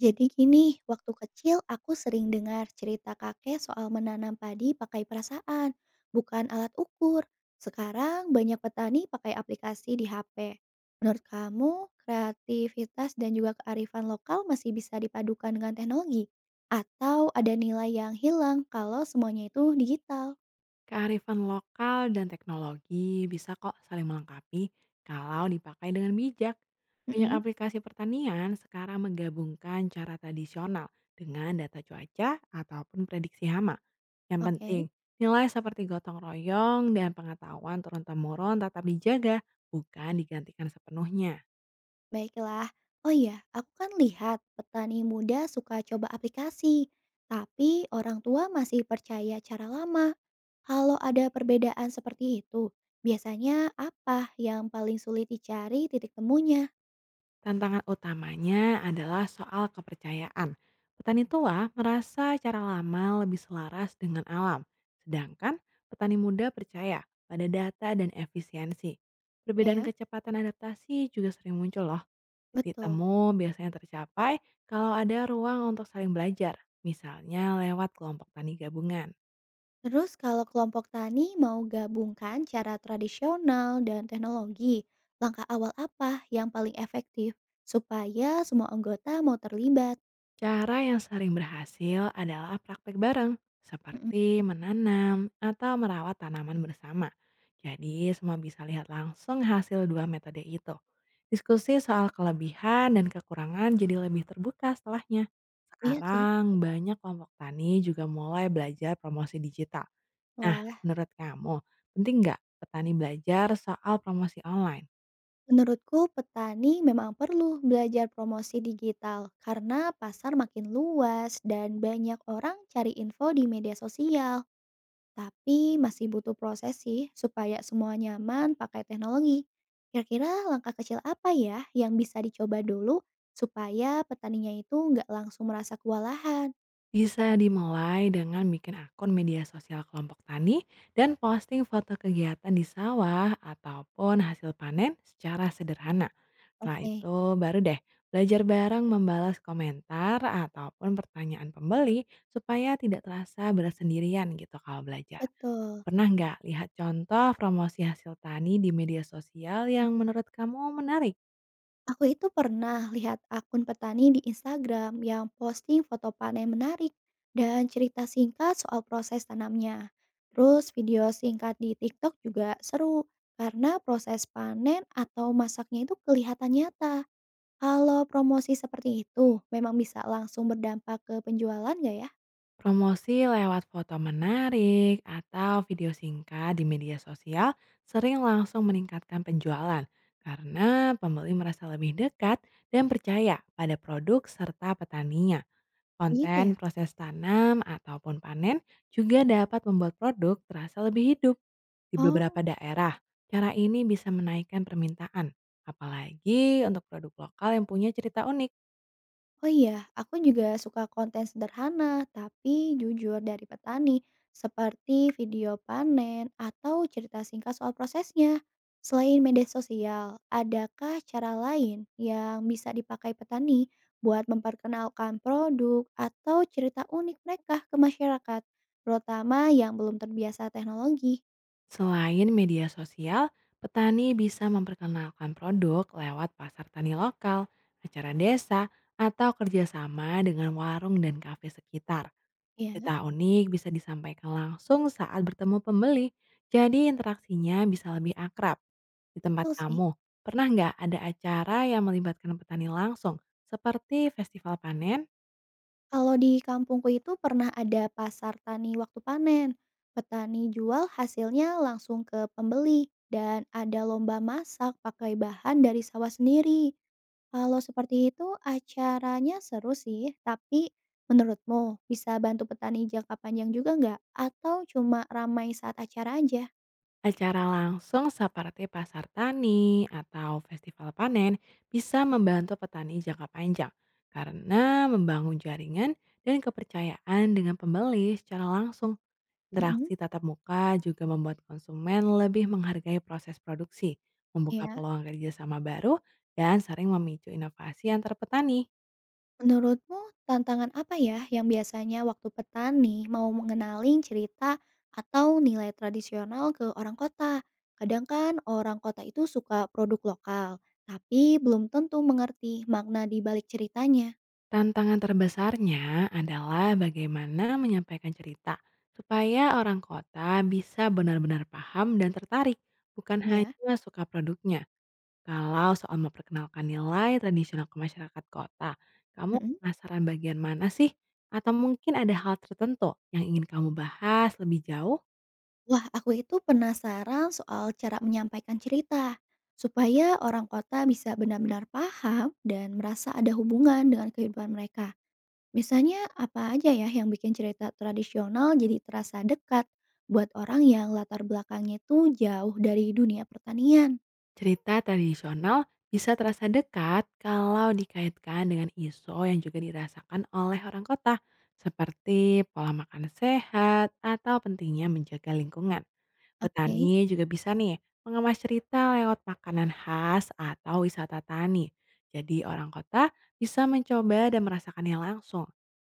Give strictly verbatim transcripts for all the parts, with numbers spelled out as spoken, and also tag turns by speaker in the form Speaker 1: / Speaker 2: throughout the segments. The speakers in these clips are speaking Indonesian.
Speaker 1: Jadi gini, waktu kecil aku sering dengar cerita kakek soal menanam padi pakai perasaan, bukan alat ukur. Sekarang banyak petani pakai aplikasi di H P. Menurut kamu, kreativitas dan juga kearifan lokal masih bisa dipadukan dengan teknologi? Atau ada nilai yang hilang kalau semuanya itu digital?
Speaker 2: Kearifan lokal dan teknologi bisa kok saling melengkapi kalau dipakai dengan bijak. Banyak
Speaker 1: Mm-mm.
Speaker 2: aplikasi pertanian sekarang menggabungkan cara tradisional dengan data cuaca ataupun prediksi hama. Yang penting,
Speaker 1: Oke.
Speaker 2: nilai seperti gotong royong dan pengetahuan turun-temurun tetap dijaga, bukan digantikan sepenuhnya.
Speaker 1: Baiklah. Oh iya, aku kan lihat petani muda suka coba aplikasi, tapi orang tua masih percaya cara lama. Kalau ada perbedaan seperti itu, biasanya apa yang paling sulit dicari titik temunya?
Speaker 2: Tantangan utamanya adalah soal kepercayaan. Petani tua merasa cara lama lebih selaras dengan alam, sedangkan petani muda percaya pada data dan efisiensi. Perbedaan
Speaker 1: Ya,
Speaker 2: kecepatan adaptasi juga sering muncul loh. Titik
Speaker 1: betul.
Speaker 2: temu biasanya tercapai kalau ada ruang untuk saling belajar, misalnya lewat kelompok tani gabungan.
Speaker 1: Terus kalau kelompok tani mau gabungkan cara tradisional dan teknologi, langkah awal apa yang paling efektif supaya semua anggota mau terlibat?
Speaker 2: Cara yang sering berhasil adalah praktek bareng,
Speaker 1: Mm.
Speaker 2: seperti menanam atau merawat tanaman bersama. Jadi, semua bisa lihat langsung hasil dua metode itu. Diskusi soal kelebihan dan kekurangan jadi lebih terbuka setelahnya.
Speaker 1: Iya sih.
Speaker 2: Sekarang, banyak kelompok tani juga mulai belajar promosi digital. Nah,
Speaker 1: Wah.
Speaker 2: menurut kamu, penting nggak petani belajar soal promosi online?
Speaker 1: Menurutku, petani memang perlu belajar promosi digital karena pasar makin luas dan banyak orang cari info di media sosial. Tapi masih butuh proses sih supaya semua nyaman pakai teknologi. Kira-kira langkah kecil apa ya yang bisa dicoba dulu supaya petaninya itu nggak langsung merasa kewalahan?
Speaker 2: Bisa dimulai dengan bikin akun media sosial kelompok tani dan posting foto kegiatan di sawah ataupun hasil panen secara sederhana. Setelah
Speaker 1: Oke,
Speaker 2: itu baru deh belajar bareng membalas komentar ataupun pertanyaan pembeli supaya tidak terasa bersendirian gitu kalau belajar.
Speaker 1: betul.
Speaker 2: Pernah nggak lihat contoh promosi hasil tani di media sosial yang menurut kamu menarik?
Speaker 1: Aku itu pernah lihat akun petani di Instagram yang posting foto panen menarik dan cerita singkat soal proses tanamnya. Terus video singkat di TikTok juga seru karena proses panen atau masaknya itu kelihatan nyata. Kalau promosi seperti itu memang bisa langsung berdampak ke penjualan nggak ya?
Speaker 2: Promosi lewat foto menarik atau video singkat di media sosial sering langsung meningkatkan penjualan karena pembeli merasa lebih dekat dan percaya pada produk serta petaninya.
Speaker 1: Gitu
Speaker 2: Konten
Speaker 1: ya?
Speaker 2: proses tanam ataupun panen juga dapat membuat produk terasa lebih hidup di beberapa
Speaker 1: Oh.
Speaker 2: daerah. Cara ini bisa menaikkan permintaan, apalagi untuk produk lokal yang punya cerita unik.
Speaker 1: Oh iya, aku juga suka konten sederhana, tapi jujur dari petani, seperti video panen atau cerita singkat soal prosesnya. Selain media sosial, adakah cara lain yang bisa dipakai petani buat memperkenalkan produk atau cerita unik mereka ke masyarakat, terutama yang belum terbiasa teknologi?
Speaker 2: Selain media sosial, petani bisa memperkenalkan produk lewat pasar tani lokal, acara desa, atau kerjasama dengan warung dan kafe sekitar.
Speaker 1: Ya,
Speaker 2: Cerita unik bisa disampaikan langsung saat bertemu pembeli, jadi interaksinya bisa lebih akrab. Di tempat
Speaker 1: betul sih.
Speaker 2: kamu, pernah nggak ada acara yang melibatkan petani langsung, seperti festival panen?
Speaker 1: Kalau di kampungku itu pernah ada pasar tani waktu panen. Petani jual hasilnya langsung ke pembeli dan ada lomba masak pakai bahan dari sawah sendiri. Kalau seperti itu acaranya seru sih, tapi menurutmu bisa bantu petani jangka panjang juga nggak? Atau cuma ramai saat acara aja?
Speaker 2: Acara langsung seperti pasar tani atau festival panen bisa membantu petani jangka panjang karena membangun jaringan dan kepercayaan dengan pembeli secara langsung.
Speaker 1: Mhm,
Speaker 2: Interaksi tatap muka juga membuat konsumen lebih menghargai proses produksi, membuka
Speaker 1: ya.
Speaker 2: peluang kerjasama baru, dan sering memicu inovasi antar petani.
Speaker 1: Menurutmu tantangan apa ya yang biasanya waktu petani mau mengenalin cerita atau nilai tradisional ke orang kota? Kadang kan orang kota itu suka produk lokal, tapi belum tentu mengerti makna di balik ceritanya,
Speaker 2: Tantangan terbesarnya adalah bagaimana menyampaikan cerita supaya orang kota bisa benar-benar paham dan tertarik, bukan
Speaker 1: ya.
Speaker 2: hanya suka produknya. Kalau soal memperkenalkan nilai tradisional ke masyarakat kota, kamu
Speaker 1: Mm-mm.
Speaker 2: penasaran bagian mana sih? Atau mungkin ada hal tertentu yang ingin kamu bahas lebih jauh?
Speaker 1: Wah, aku itu penasaran soal cara menyampaikan cerita supaya orang kota bisa benar-benar paham dan merasa ada hubungan dengan kehidupan mereka. Misalnya apa aja ya yang bikin cerita tradisional jadi terasa dekat buat orang yang latar belakangnya itu jauh dari dunia pertanian?
Speaker 2: Cerita tradisional bisa terasa dekat kalau dikaitkan dengan isu yang juga dirasakan oleh orang kota, seperti pola makan sehat atau pentingnya menjaga lingkungan.
Speaker 1: Oke,
Speaker 2: Petani juga bisa nih mengemas cerita lewat makanan khas atau wisata tani. Jadi orang kota bisa mencoba dan merasakannya langsung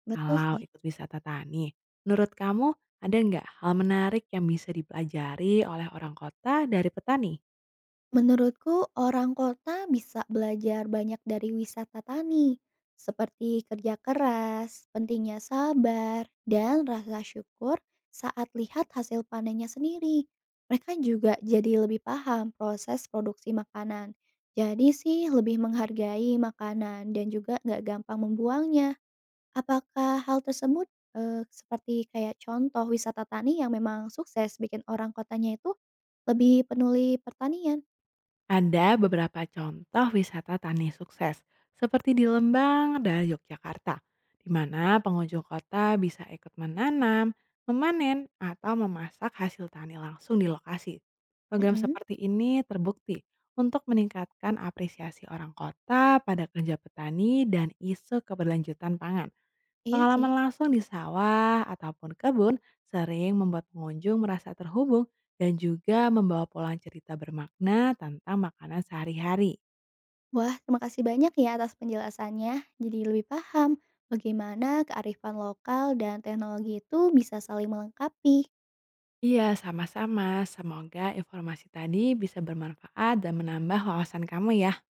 Speaker 1: betul
Speaker 2: kalau
Speaker 1: sih.
Speaker 2: ikut wisata tani. Menurut kamu ada nggak hal menarik yang bisa dipelajari oleh orang kota dari petani?
Speaker 1: Menurutku, orang kota bisa belajar banyak dari wisata tani, seperti kerja keras, pentingnya sabar, dan rasa syukur saat lihat hasil panennya sendiri. Mereka juga jadi lebih paham proses produksi makanan. Jadi sih lebih menghargai makanan dan juga nggak gampang membuangnya. Apakah hal tersebut eh, seperti kayak contoh wisata tani yang memang sukses bikin orang kotanya itu lebih penuli pertanian?
Speaker 2: Ada beberapa contoh wisata tani sukses, seperti di Lembang dan Yogyakarta, di mana pengunjung kota bisa ikut menanam, memanen, atau memasak hasil tani langsung di lokasi. Program
Speaker 1: Mhm,
Speaker 2: seperti ini terbukti untuk meningkatkan apresiasi orang kota pada kerja petani dan isu keberlanjutan pangan.
Speaker 1: iya sih.
Speaker 2: Pengalaman langsung di sawah ataupun kebun sering membuat pengunjung merasa terhubung dan juga membawa pulang cerita bermakna tentang makanan sehari-hari.
Speaker 1: Wah, terima kasih banyak ya atas penjelasannya. Jadi lebih paham bagaimana kearifan lokal dan teknologi itu bisa saling melengkapi.
Speaker 2: Iya, sama-sama. Semoga informasi tadi bisa bermanfaat dan menambah wawasan kamu ya.